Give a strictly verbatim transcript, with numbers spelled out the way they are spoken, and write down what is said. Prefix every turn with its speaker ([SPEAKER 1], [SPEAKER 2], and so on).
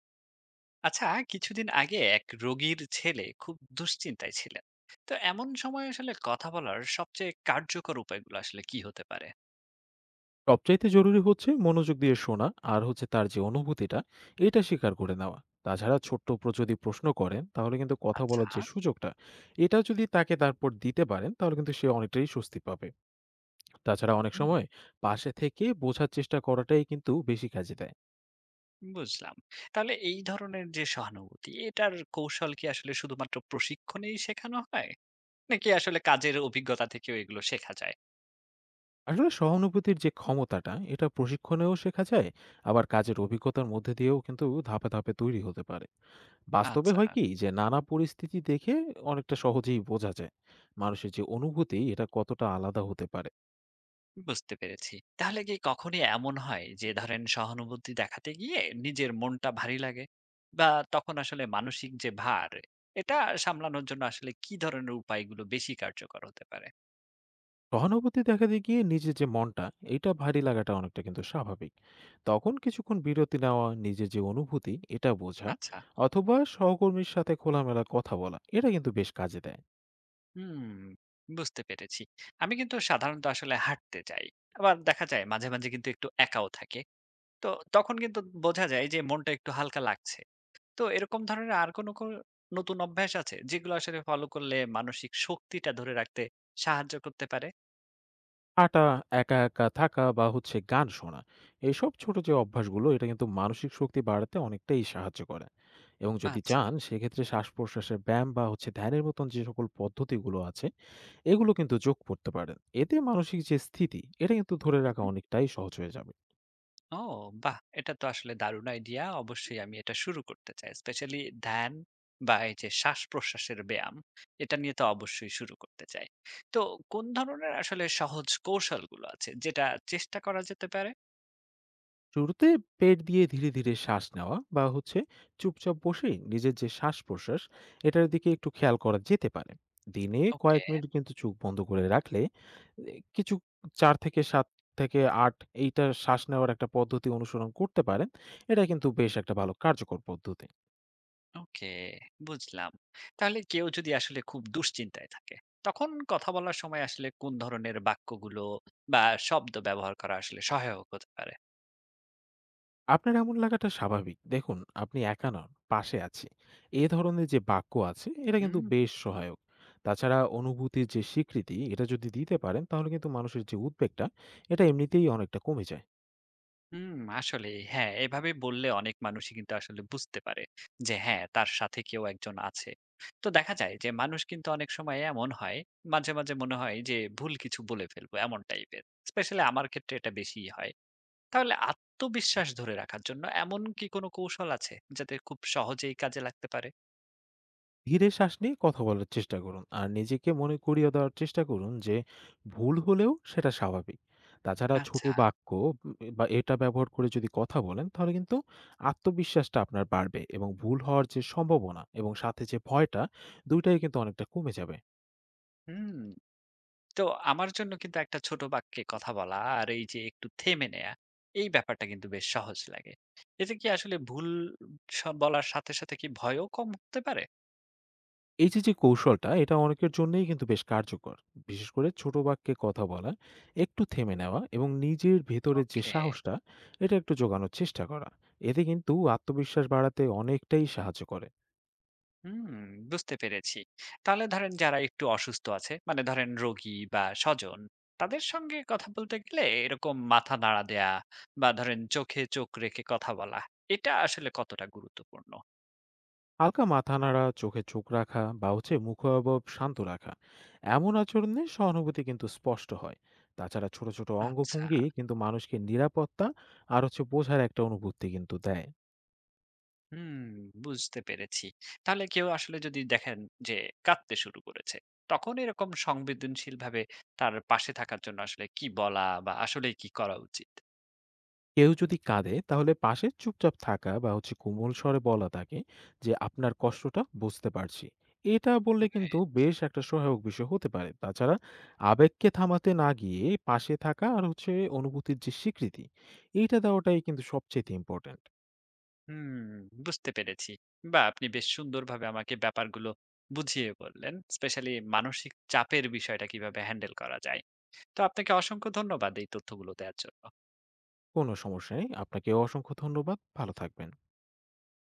[SPEAKER 1] আচ্ছা। কিছুদিন আগে এক রোগীর ছেলে খুব দুশ্চিন্তায় ছিলেন। তো এমন সময় আসলে কথা বলার সবচেয়ে কার্যকর উপায়গুলো আসলে কি হতে পারে?
[SPEAKER 2] সবচাইতে জরুরি হচ্ছে মনোযোগ দিয়ে শোনা। আর হচ্ছে তার যে অনুভূতিটা, এটা স্বীকার করে নেওয়া। তাছাড়া ছোট্ট প্র- যদি প্রশ্ন করেন তাহলে কিন্তু কথা
[SPEAKER 1] আচ্ছা।
[SPEAKER 2] বলার যে সুযোগটা এটা যদি তাকে তারপর দিতে পারেন, তাহলে কিন্তু সে অনেকটাই স্বস্তি পাবে। তাছাড়া অনেক
[SPEAKER 1] হুম।
[SPEAKER 2] সময় পাশে থেকে বোঝার চেষ্টা করাটাই কিন্তু বেশি কাজে দেয়।
[SPEAKER 1] বুঝলাম। তাহলে এই ধরনের যে সহানুভূতি, এটার কৌশল কি আসলে শুধুমাত্র প্রশিক্ষণেই শেখানো হয়, নাকি আসলে কাজের অভিজ্ঞতা থেকেও এগুলো শেখা যায়?
[SPEAKER 2] আসলে সহানুভূতির যে ক্ষমতাটা, এটা প্রশিক্ষণেও শেখা যায়, আবার কাজের অভিজ্ঞতার মধ্যে দিয়েও কিন্তু ধাপে ধাপে তৈরি হতে পারে। বাস্তবে
[SPEAKER 1] আচ্ছা।
[SPEAKER 2] হয় কি, যে নানা পরিস্থিতি দেখে অনেকটা সহজেই বোঝা যায় মানুষের যে অনুভূতি, এটা কতটা আলাদা হতে পারে।
[SPEAKER 1] বুঝতে পেরেছি। তাহলে কি কখনই এমন হয় যে ধরেন সহানুভূতি দেখাতে গিয়ে নিজের মনটা ভারী লাগে? বা তখন আসলে মানসিক যে ভার, এটা সামলানোর জন্য আসলে কি ধরনের উপায়গুলো বেশি কার্যকর হতে পারে?
[SPEAKER 2] সহানুভূতি দেখা দিয়ে গিয়ে নিজের যে মনটা, এটা ভারী লাগাটা অনেকটা কিন্তু স্বাভাবিক। তখন কিছুক্ষণ বিরতি নেওয়া, নিজের যে অনুভূতি এটা বোঝা,
[SPEAKER 1] আচ্ছা,
[SPEAKER 2] অথবা সহকর্মীর সাথে খোলামেলা কথা বলা, এটা কিন্তু বেশ কাজে দেয়।
[SPEAKER 1] হুম, বুঝতে পেরেছি। আমি কিন্তু সাধারণত আসলে হাঁটতে যাই। আবার দেখা যায় মাঝে, মাঝে কিন্তু একটু একাও থাকি। তো তখন কিন্তু বোঝা যায় যে মনটা একটু হালকা লাগছে। তো এরকম ধরনের আর কোনো কো নতুন অভ্যাস আছে যেগুলো আসলে ফলো করলে মানসিক শক্তিটা ধরে রাখতে সাহায্য করতে পারে?
[SPEAKER 2] হাঁটা, একা, একা থাকা বা হচ্ছে গান শোনা। এসব ছোট যে অভ্যাসগুলো এটা কিন্তু মানসিক শক্তি বাড়াতে অনেকটাই সাহায্য করে। এবং যদি
[SPEAKER 1] আচ্ছা।
[SPEAKER 2] চান সেক্ষেত্রে শ্বাস-প্রশ্বাসের ব্যায়াম বা হচ্ছে ধ্যানের মতন যে সকল পদ্ধতিগুলো আছে, এগুলো কিন্তু যোগ করতে পারেন। এতে মানসিক যে স্থিতি, এটা কিন্তু ধরে
[SPEAKER 1] হুম,
[SPEAKER 2] রাখা
[SPEAKER 1] হুম।
[SPEAKER 2] অনেকটাই সহজ হয়ে যাবে।
[SPEAKER 1] ও, বাহ! এটা তো আসলে দারুণ আইডিয়া। অবশ্যই আমি এটা শুরু করতে চাই। স্পেশালি ধ্যান বা এই যে শ্বাস-প্রশ্বাসের ব্যায়াম, এটা নিয়ে তো অবশ্যই শুরু করতে চাই। তো কোন ধরনের আসলে সহজ কৌশলগুলো আছে যেটা চেষ্টা করা যেতে পারে?
[SPEAKER 2] শুরুতে পেট দিয়ে ধীরে ধীরে শ্বাস নেওয়া, বা হচ্ছে চুপচাপ বসে নিজের যে শ্বাস প্রশ্বাস, এটার দিকে একটু খেয়াল করা যেতে পারে। দিনে
[SPEAKER 1] ওকে।
[SPEAKER 2] কয়েক মিনিট কিন্তু চোখ বন্ধ করে রাখলে এ, কিছু চার থেকে সাত থেকে আট, এইটা শ্বাস নেওয়ার একটা পদ্ধতি অনুসরণ করতে পারেন। এটা কিন্তু বেশ একটা ভালো কার্যকর পদ্ধতি।
[SPEAKER 1] ওকে, বুঝলাম। তাহলে কেউ যদি আসলে খুব দুশ্চিন্তায় থাকে, তখন কথা বলার সময় আসলে কোন ধরনের বাক্যগুলো বা শব্দ ব্যবহার করা আসলে সহায়ক হতে পারে?
[SPEAKER 2] আপনার এমন লাগাটা স্বাভাবিক। দেখুন, আপনি একা নন, পাশে আছি। এ ধরনের যে বাক্য আছে, এটা কিন্তু
[SPEAKER 1] হুম,
[SPEAKER 2] বেশ সহায়ক। তাছাড়া অনুভূতির যে স্বীকৃতি, এটা যদি দিতে পারেন, তাহলে কিন্তু মানুষের যে উদ্বেগটা, এটা এমনিতেই অনেকটা কমে যায়।
[SPEAKER 1] হুম, আসলেই। হ্যাঁ, এভাবে বললে অনেক মানুষই কিন্তু আসলে বুঝতে পারে যে হ্যাঁ, তার সাথে কেউ একজন আছে। তো দেখা যায় যে মানুষ কিন্তু অনেক সময় এমন হয়, মাঝে, মাঝে মনে হয় যে ভুল কিছু বলে ফেলবো এমন টাইপের। স্পেশালি আমার ক্ষেত্রে এটা বেশিই হয়। তাহলে আত্মবিশ্বাস ধরে রাখার জন্য এমন কি কোনো কৌশল আছে যাতে খুব সহজেই কাজে লাগতে পারে?
[SPEAKER 2] ধীরে শ্বাস নিয়ে কথা বলার চেষ্টা করুন, আর নিজেকে মনে করিয়ে দেওয়ার চেষ্টা করুন যে ভুল হলেও সেটা স্বাভাবিক। তাছাড়া ছোট
[SPEAKER 1] আচ্ছা,
[SPEAKER 2] বাক্য উম, বা এটা ব্যবহার করে যদি কথা বলেন, তাহলে কিন্তু আত্মবিশ্বাসটা আপনার বাড়বে এবং ভুল হওয়ার যে সম্ভাবনা এবং সাথে যে ভয়টা, দুইটাই কিন্তু অনেকটা কমে যাবে।
[SPEAKER 1] হুম। তো আমার জন্য কিন্তু একটা ছোট বাক্যে কথা বলা আর এই যে একটু থেমে নেয়া, এই ব্যাপারটা কিন্তু বেশ সহজ লাগে। এতে কি আসলে ভুল স বলার সাথে, সাথে কি ভয়ও কম হতে পারে?
[SPEAKER 2] এই যে, যে কৌশলটা এটা অনেকের জন্যই কিন্তু বেশ কার্যকর। বিশেষ করে ছোট বাক্যে কথা বলা, একটু থেমে নেওয়া এবং নিজের ভেতরের যে
[SPEAKER 1] ওকে।
[SPEAKER 2] সাহসটা, এটা একটু জোগানোর চেষ্টা করা। এতে কিন্তু আত্মবিশ্বাস বাড়াতে অনেকটাই সাহায্য করে।
[SPEAKER 1] হুম, বুঝতে পেরেছি। তাহলে ধরেন যারা একটু অসুস্থ আছে, মানে ধরেন রোগী বা স্বজন, তাদের সঙ্গে কথা বলতে গেলে এরকম মাথা নাড়া দেয়া বা ধরেন চোখে চোখ রেখে কথা বলা, এটা আসলে কতটা গুরুত্বপূর্ণ?
[SPEAKER 2] হালকা মাথা নাড়া, চোখে চোখ রাখা বা হচ্ছে মুখাভাব শান্ত রাখা। এমন আচরণে সহানুভূতি কিন্তু স্পষ্ট হয়। তাছাড়া ছোট, ছোট
[SPEAKER 1] আচ্ছা।
[SPEAKER 2] অঙ্গভঙ্গি কিন্তু মানুষকে নিরাপত্তা আর হচ্ছে বোঝার একটা অনুভূতি কিন্তু দেয়।
[SPEAKER 1] হুম, বুঝতে পেরেছি। তাহলে কেউ আসলে যদি দেখেন যে কাঁদতে শুরু করেছে, তখন এরকম সংবেদনশীল ভাবে তার পাশে থাকার জন্য আসলে কি বলা বা আসলে কি করা উচিত?
[SPEAKER 2] কেউ যদি কাঁদে, তাহলে পাশে চুপচাপ থাকা বা হচ্ছে কোমল স্বরে বলা তাকে যে, আপনার কষ্টটা বুঝতে পারছি। এটা বললে কিন্তু
[SPEAKER 1] Right.
[SPEAKER 2] বেশ একটা সহায়ক বিষয় হতে পারে। তাছাড়া আবেগকে থামাতে না গিয়ে পাশে থাকা, আর হচ্ছে অনুভূতির যে স্বীকৃতি, এইটা দেওয়াটাই কিন্তু সবচেয়ে ইম্পর্ট্যান্ট।
[SPEAKER 1] হুম, বুঝতে পেরেছি। বাহ! আপনি বেশ সুন্দরভাবে আমাকে ব্যাপারগুলো বুঝিয়ে বললেন। স্পেশালি মানসিক চাপের বিষয়টা কিভাবে হ্যান্ডেল করা যায়। তো আপনাকে অসংখ্য ধন্যবাদ এই তথ্যগুলো দেয়ার জন্য।
[SPEAKER 2] কোনো সমস্যা নেই, আপনাকে অসংখ্য ধন্যবাদ, ভালো থাকবেন।